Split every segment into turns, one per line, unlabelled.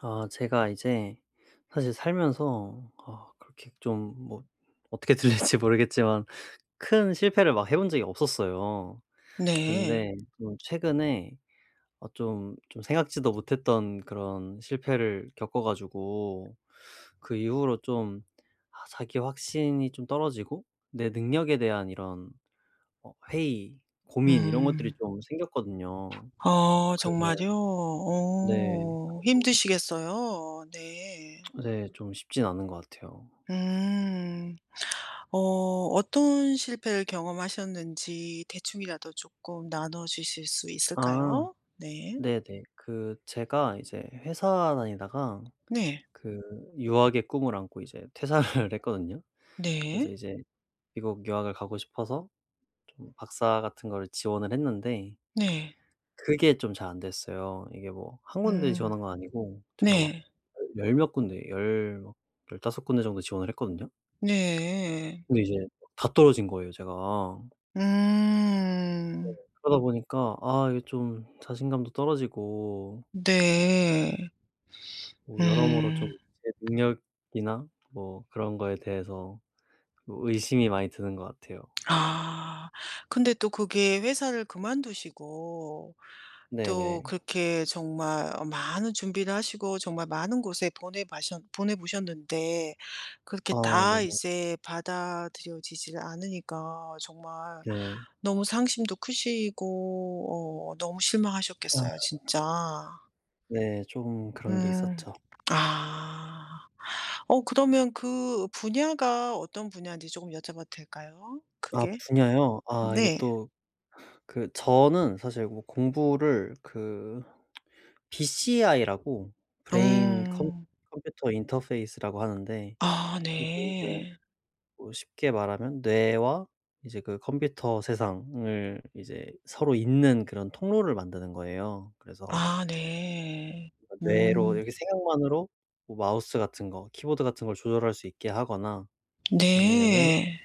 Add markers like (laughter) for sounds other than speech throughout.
아 제가 이제 사실 살면서, 아 그렇게 좀 뭐 어떻게 들릴지 (laughs) 모르겠지만 큰 실패를 막 해본 적이 없었어요.
네.
근데 좀 최근에 좀 생각지도 못했던 그런 실패를 겪어 가지고 그 이후로 좀 아 자기 확신이 좀 떨어지고 내 능력에 대한 이런 회의, 고민 이런 것들이
음.
좀 생겼거든요.
아
그래서.
정말요?
네.
어
그래서,
힘드시겠어요. 네.
네, 좀 쉽진 않은 것 같아요.
음. 어 어떤 실패를 경험하셨는지 대충이라도 조금 나눠 주실 수
아.
있을까요? 네.
네네. 그 제가 이제 회사 다니다가
네.
그 유학의 꿈을 안고 이제 퇴사를 (laughs) 했거든요.
네.
그래서 이제 미국 유학을 가고 싶어서 좀 박사 같은 거를 지원을 했는데
네.
그게 좀 잘 안 됐어요. 이게 뭐 한 군데
음.
지원한 건 아니고 제가 막
네.
열 몇 군데 열막 다섯 군데 정도 지원을 했거든요.
네.
근데 이제 다 떨어진 거예요 제가.
음.
그러다 보니까 아 이게 좀 자신감도 떨어지고
네.
뭐 여러모로 좀
음.
제 능력이나 뭐 그런 거에 대해서 뭐 의심이 많이 드는 것 같아요.
아. 근데 또 그게 회사를 그만두시고 또
네네.
그렇게 정말 어 많은 준비를 하시고 정말 많은 곳에 보내 셨 보내 보셨는데 그렇게
아
다
네네.
이제 받아들여지질 않으니까 정말
네.
너무 상심도 크시고 어 너무 실망하셨겠어요
아
진짜.
네, 좀 그런 게
음.
있었죠.
아. 어 그러면 그 분야가 어떤 분야인지 조금 여쭤봐도 될까요?
아
그게?
분야요? 아 이게
네.
또 그 저는 사실 뭐 공부를 그 BCI라고, 브레인 컴
음.
컴퓨터 인터페이스라고 하는데,
아
이게 이제
네.
뭐 쉽게 말하면 뇌와 이제 그 컴퓨터 세상을 이제 서로 잇는 그런 통로를 만드는 거예요. 그래서
아 네.
그러니까 뇌로
음.
이렇게 생각만으로 뭐 마우스 같은 거 키보드 같은 걸 조절할 수 있게 하거나, 아니면은
네.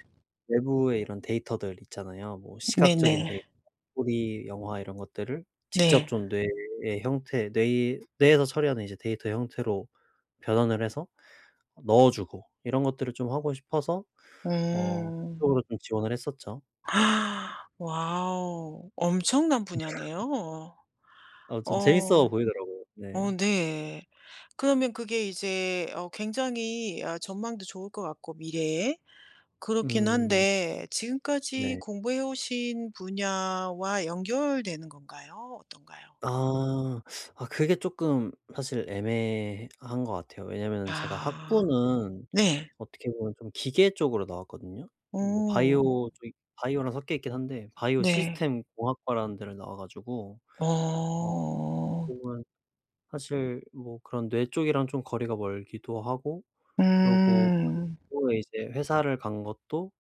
외부의 이런 데이터들 있잖아요. 뭐 시각적인
네네.
데이터, 소리, 영화 이런 것들을 직접
네.
좀 뇌의 형태 뇌 뇌에서 처리하는 이제 데이터 형태로 변환을 해서 넣어 주고, 이런 것들을 좀 하고 싶어서
음.
그쪽으로 좀 지원을 했었죠.
(gasps) 와우. 엄청난 분야네요.
좀 재밌어
어.
보이더라고요.
어
네.
네. 그러면 그게 이제 어 굉장히 아 전망도 좋을 것 같고 미래에. 그렇긴
음.
한데 지금까지
네.
공부해 오신 분야와 연결되는 건가요? 어떤가요?
아. 아 그게 쪼끔 사실 애매한 것 같아요. 왜냐면은 제가
아.
학부는
네.
어떻게 보면 좀 기계 쪽으로 나왔거든요. 좀 뭐
어.
바이오 쪽이 바이오랑 섞여 있긴 한데 바이오
네.
시스템 공학과라는 데를 나와 가지고, 어
어.
어떻게 보면 사실 뭐 그런 뇌 쪽이랑 좀 거리가 멀기도 하고, 그러고
음.
그거에 이제 회사를 간 것도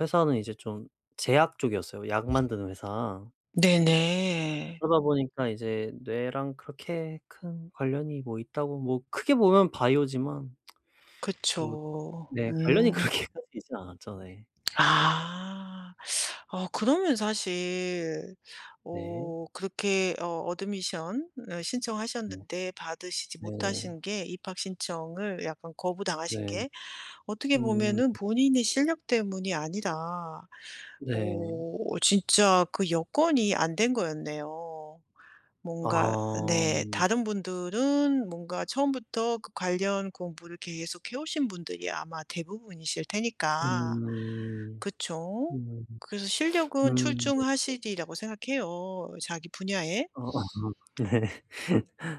회사는 이제 좀 제약 쪽이었어요, 약 만드는 회사.
네네.
그러다 보니까 이제 뇌랑 그렇게 큰 관련이 뭐 있다고, 뭐 크게 보면 바이오지만 뭐,
그쵸.
네 관련이
음.
그렇게까지 있진 (laughs) 않았죠. 네.
아. 어 그러면 사실
네.
어 그렇게 어 어드미션 어
네.
신청하셨는데 받으시지
네네.
못하신 게 입학 신청을 약간 거부당하신
네.
게 어떻게
음.
보면은 본인의 실력 때문이 아니라
네.
어 진짜 그 여건이 안 된 거였네요. 뭔가
아
네
네.
다른 분들은 뭔가 처음부터 그 관련 공부를 계속 해 오신 분들이 아마 대부분이실 테니까.
음.
그쵸?
음.
그래서 실력은
음.
출중하시리라고 생각해요, 자기 분야에.
맞아. (laughs) 네.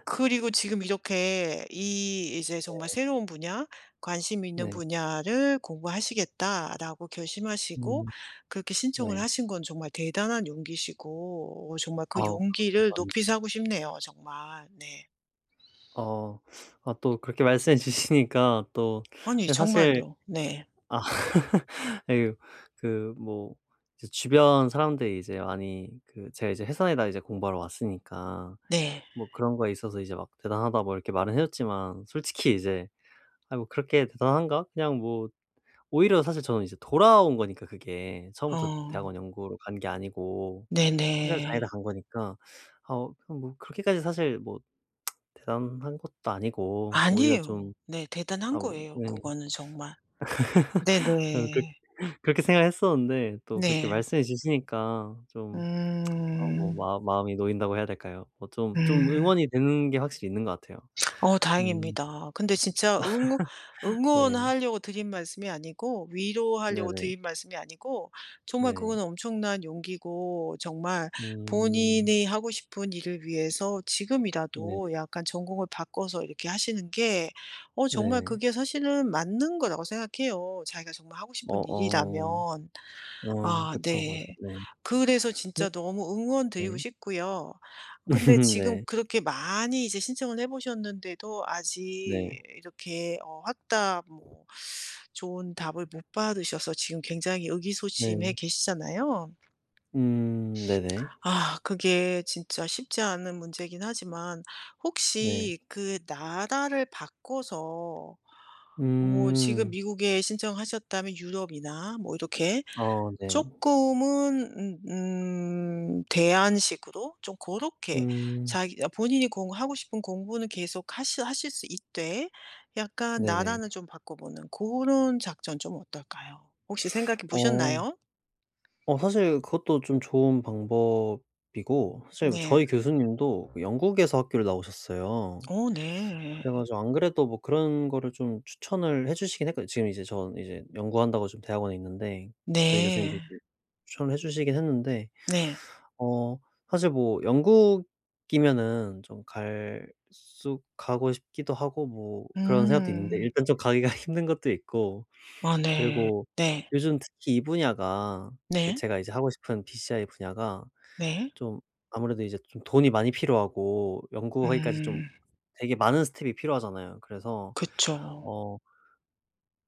그리고 지금 이렇게 이 이제 정말 새로운 분야, 관심 있는
네.
분야를 공부하시겠다라고 결심하시고
음.
그렇게 신청을
네.
하신 건 정말 대단한 용기시고 어 정말 그
아우
용기를
감사합니다.
높이 사고 싶네요, 정말. 네.
어 아 또 그렇게 말씀해 주시니까 또,
아니
예 사실
정말요. 네.
아 예. 그 뭐 이제 주변 사람들이 이제 많이 그 제가 이제 "회사에다 이제 공부하러 왔으니까
네.
뭐 그런 거에 있어서 이제 막 대단하다." 뭐 이렇게 말은 해 줬지만, 솔직히 이제 '아 뭐 그렇게 대단한가? 그냥 뭐, 오히려 사실 저는 이제 돌아온 거니까 그게. 처음부터
어.
대학원 연구로 간 게 아니고 회사를
네네.
다니다 간 거니까. 아 어그뭐 그렇게까지 사실 뭐 대단한 것도 아니고 오히려
아니에요.
좀.'
네. 대단한
아 뭐
거예요
네.
그거는 정말.
아 그렇
네네.
그렇게 생각했었는데 또 그렇게
네.
말씀해 주시니까 좀 뭐
음.
마 마음이 놓인다고 해야 될까요? 뭐 좀
음.
응원이 되는 게 확실히 있는 것 같아요.
어
음.
다행입니다. 근데 진짜
네.
응원하려고 드린 말씀이 아니고 위로하려고
네네.
드린 말씀이 아니고 정말 그건
네.
엄청난 용기고 정말
음.
본인이 하고 싶은 일을 위해서
네.
지금이라도 약간 전공을 바꿔서 이렇게 하시는 게 어 정말
네.
그게 사실은 맞는 거라고 생각해요. 자기가 정말 하고
어,
싶은
어.
일이라면.
어
아
그쵸. 맞아요.
네.
네.
그래서 진짜 너무 응원드리고
네.
싶고요.
(laughs)
근데
네.
지금
네.
그렇게 많이 이제 신청을 해 보셨는데도 아직
네.
이렇게 어 확답 뭐 좋은 답을 못 받으셔서 지금 굉장히 의기소침해
네.
계시잖아요.
음. 네네.
아 그게 진짜 쉽지 않은 문제긴 하지만
네.
혹시 그 나라를 바꿔서 뭐 지금
음.
미국에 신청하셨다면 유럽이나 뭐 이렇게
어 네.
쪼끔은 대안식으로 좀 고렇게
음.
자기 아 본인이 공 하고 싶은 공부는 계속 하시 하실 수 있되 약간
네네.
나라는 좀 바꿔보는 고런 작전 좀 어떨까요? 혹시 생각해
어
보셨나요?
사실 그것도 좀 좋은 방법이고, 사실
네.
저희 교수님도 그 영국에서 학교를 나오셨어요.
어 네.
그래 가지고 안 그래도 뭐 그런 거를 좀 추천을 해 주시긴 했거든요. 지금 이제 전 이제 연구한다고 지금 대학원에 있는데 그 저희 교수님도
네.
이제 추천을 해 주시긴 했는데,
네.
어 사실 뭐 영국이면은 좀 갈 수 가고 싶기도 하고 뭐 그런 생각도 있는데,
음.
일단 좀 가기가 (laughs) 힘든 것도 있고,
아 네.
그리고
네.
요즘 특히 이 분야가, 그
네.
제가 이제 하고 싶은 BCI 분야가
네.
좀 아무래도 이제 좀 돈이 많이 필요하고 연구하기까지 좀
음.
되게 많은 스텝이 필요하잖아요. 그래서
그쵸.
어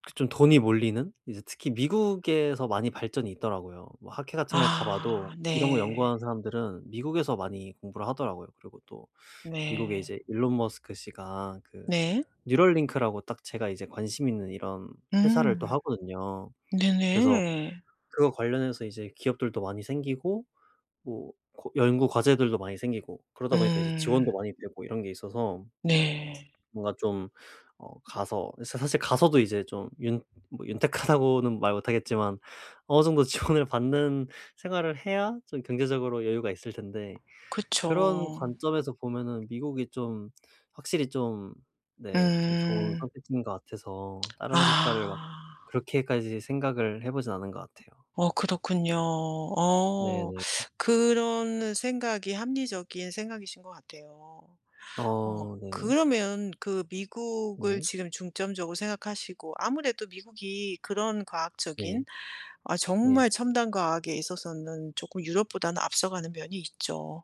그 좀 돈이 몰리는 이제 특히 미국에서 많이 발전이 있더라고요. 뭐 학회 같은 걸 가 봐도
아
이런 거
네.
연구하는 사람들은 미국에서 많이 공부를 하더라고요. 그리고 또 미국에
네.
이제 일론 머스크 씨가 그
네.
뉴럴링크라고 딱 제가 이제 관심 있는 이런 회사를 또
음.
하거든요. 그래서
네네.
그거 관련해서 이제 기업들도 많이 생기고 뭐 고 연구 과제들도 많이 생기고 그러다 보니까 이제
음.
지원도 많이 되고 이런 게 있어서,
네.
뭔가 좀 가서 사 사실 가서도 이제 좀 윤 뭐 윤택하다고는 말 못 하겠지만 어느 정도 (laughs) 지원을 받는 생활을 해야 좀 경제적으로 여유가 있을 텐데, 그런
그쵸.
관점에서 보면은 미국이 좀 확실히 좀, 네 좀 좋은
음.
선택지인 것 같아서 다른 국가를 막
아.
그렇게까지 생각을 해 보진 않은 것 같아요.
어 그렇군요. 어.
네네.
그런 생각이 합리적인 생각이신 것 같아요. 어
어 네네.
그러면 그 미국을
네.
지금 중점적으로 생각하시고 아무래도 미국이 그런 과학적인
네.
아
네.
정말
네.
첨단 과학에 있어서는 조금 유럽보다는 앞서가는 면이 있죠.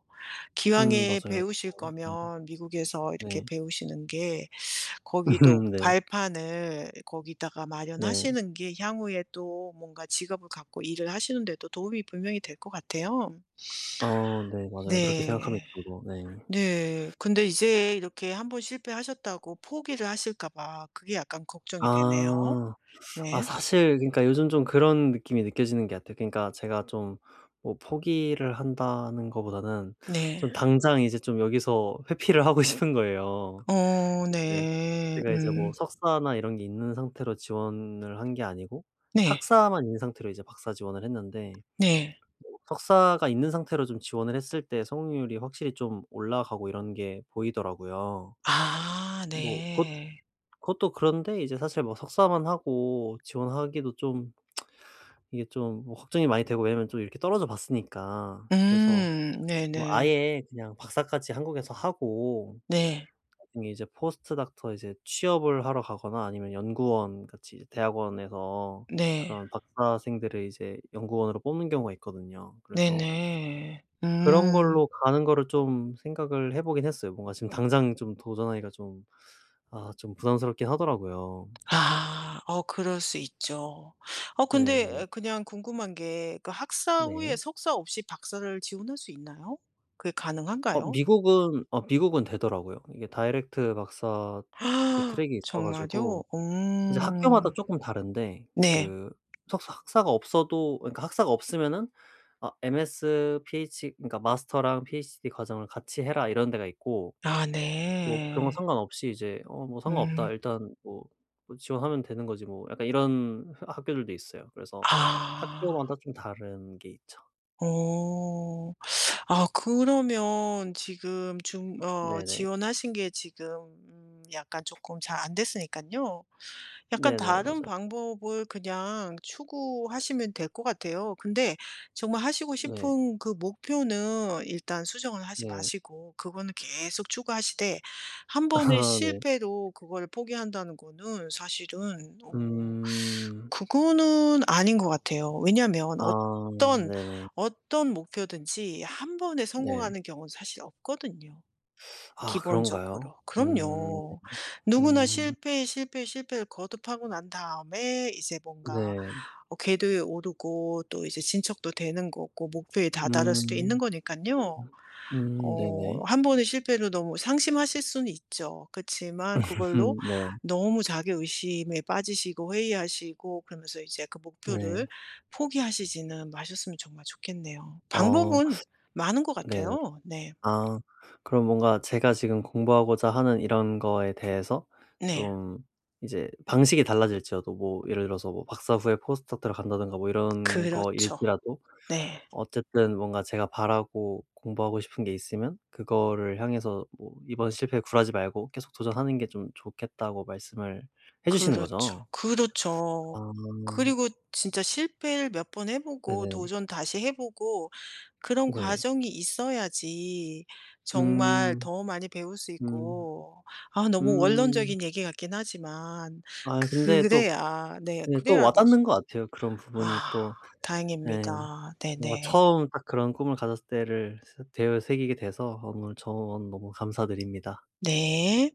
음.
기왕에
맞아요,
배우실
맞아요. 네.
거면 미국에서 이렇게
네.
배우시는 게 거기도
(laughs) 네.
발판을 거기다가
네.
마련하시는 게 향후에 또 뭔가 직업을 갖고 일을 하시는 데도 도움이 분명히 될 것 같아요.
어 네 맞아요. 그렇게
네.
생각합니다 저도. 네.
네. 근데 이제 이렇게 한번 실패하셨다고 포기를 하실까 봐 그게 약간 걱정이 되네요.
아. 아
네.
사실 그러니까 요즘 좀 그런 느낌이 느껴지는 게 같아요. 그러니까 제가 좀 뭐 포기를 한다는 거보다는
네.
좀 당장 이제 좀 여기서 회피를 하고 (laughs) 싶은 거예요.
어
네. 제
네.
제가 이제 뭐
음.
석사나 이런 게 있는 상태로 지원을 한 게 아니고
네.
학사만 있는 상태로 이제 박사 지원을 했는데,
네.
석사가 있는 상태로 좀 지원을 했을 때 성공률이 확실히 좀 올라가고 이런 게 보이더라고요.
아
뭐 그것
네.
그것도 그런데 이제, 사실 뭐 석사만 하고 지원하기도 좀 이게 좀뭐 걱정이 많이 되고, 왜냐면 좀 이렇게 떨어져 봤으니까. 그래서 뭐
네네.
아예 그냥 박사까지 한국에서 하고
네.
나중에 이제 포스트 닥터 이제 취업을 하러 가거나, 아니면 연구원 같이 이제 대학원에서
네.
그런 박사생들을 이제 연구원으로 뽑는 경우가 있거든요. 그래서
네네.
그런
음.
걸로 가는 거를 좀 생각을 해 보긴 했어요. 뭔가 지금 당장 좀 도전하기가 좀 아 좀 부담스럽긴 하더라고요.
아. 어 그럴 수 있죠. 어
네네.
근데 그냥 궁금한 게 그 학사 후에
네.
석사 없이 박사를 지원할 수 있나요? 그게
어
가능한가요?
미국은 어 미국은 되더라고요. 이게 다이렉트 박사
(gasps)
그
아,
트랙이 있어
정말요?
가지고 이제
음.
학교마다 쪼끔 다른데,
네.
그 석사 학사가 없어도, 그러니까 학사가 없으면은 아 MS, PH, 그러니까 마스터랑 PhD 과정을 같이 해라 이런 데가 있고,
아
뭐 그런 건
네.
상관없이 이제 '어 뭐 상관없다.
음.
일단 뭐 지원하면 되는 거지 뭐.' 약간 이런 하 학교들도 있어요. 그래서
아.
학교마다 좀 다른 게 있죠.
오, 아 그러면 지금 중 어
네네.
지원하신 게 지금 약간 조금 잘안됐으니까요 약간
네네.
다른
맞아요.
방법을 그냥 추구하시면 될 것 같아요. 근데 정말 하시고
네.
싶은 그 목표는 일단 수정을 하지
네.
마시고 그거는 계속 추구하시되 한
(laughs)
번의
아 네.
실패로 그걸 포기한다는 거는 사실은 어
음.
그거는 아닌 것 같아요. 왜냐하면
아
어떤,
네네.
어떤 목표든지 한 번에
네.
성공하는 경우는 사실 없거든요.
아 그런가요?
기본적으로.
음.
그럼요. 누구나 실
음.
패 실패 실패를 거듭하고 난 다음에 이제 뭔가
네.
어 궤도에 오르고 또 이제 진척도 되는 거고 목표에 다다를 수도 있는
음.
거니까요
음.
어
네네.
한 번의 실패로 너무 상심하실 수는 있죠. 그치만 그걸로
(laughs) 네.
너무 자기의심에 빠지시고 회의하시고 그러면서 이제 그 목표를
네.
포기하시지는 마셨으면 정말 좋겠네요.
어.
방법은 많은 것
네네.
같아요. 네.
아. 그럼 뭔가 제가 지금 공부하고자 하는 이런 거에 대해서
네.
좀 이제 방식이 달라질지라도, 뭐 예를 들어서 뭐 박사 후에 포스닥터를 간다든가 뭐 이런
그렇죠.
거일지라도,
네.
어쨌든 뭔가 제가 바라고 공부하고 싶은 게 있으면 그거를 향해서 뭐 "이번 실패에 굴하지 말고 계속 도전하는 게 좀 좋겠다."고 말씀을 해 주시는
그렇죠.
거죠?
그렇죠.
아.
그리고 진짜 실패를 몇 번 해 보고
네네.
도전 다시 해 보고 그런
네.
과정이 있어야지 정말
음.
더 많이 배울 수
음.
있고 아 너무
음.
원론적인 얘기 같긴 하지만
아 근데 또
그래야 네
네 또
그래야 나중
와닿는 것 같아요. 그런 부분이
아
또. 네.
다행입니다.
뭔가
네네.
처음 딱 그런 꿈을 가졌을 때를 새 되새기게 돼서 오늘 조언 너무 감사드립니다.
네.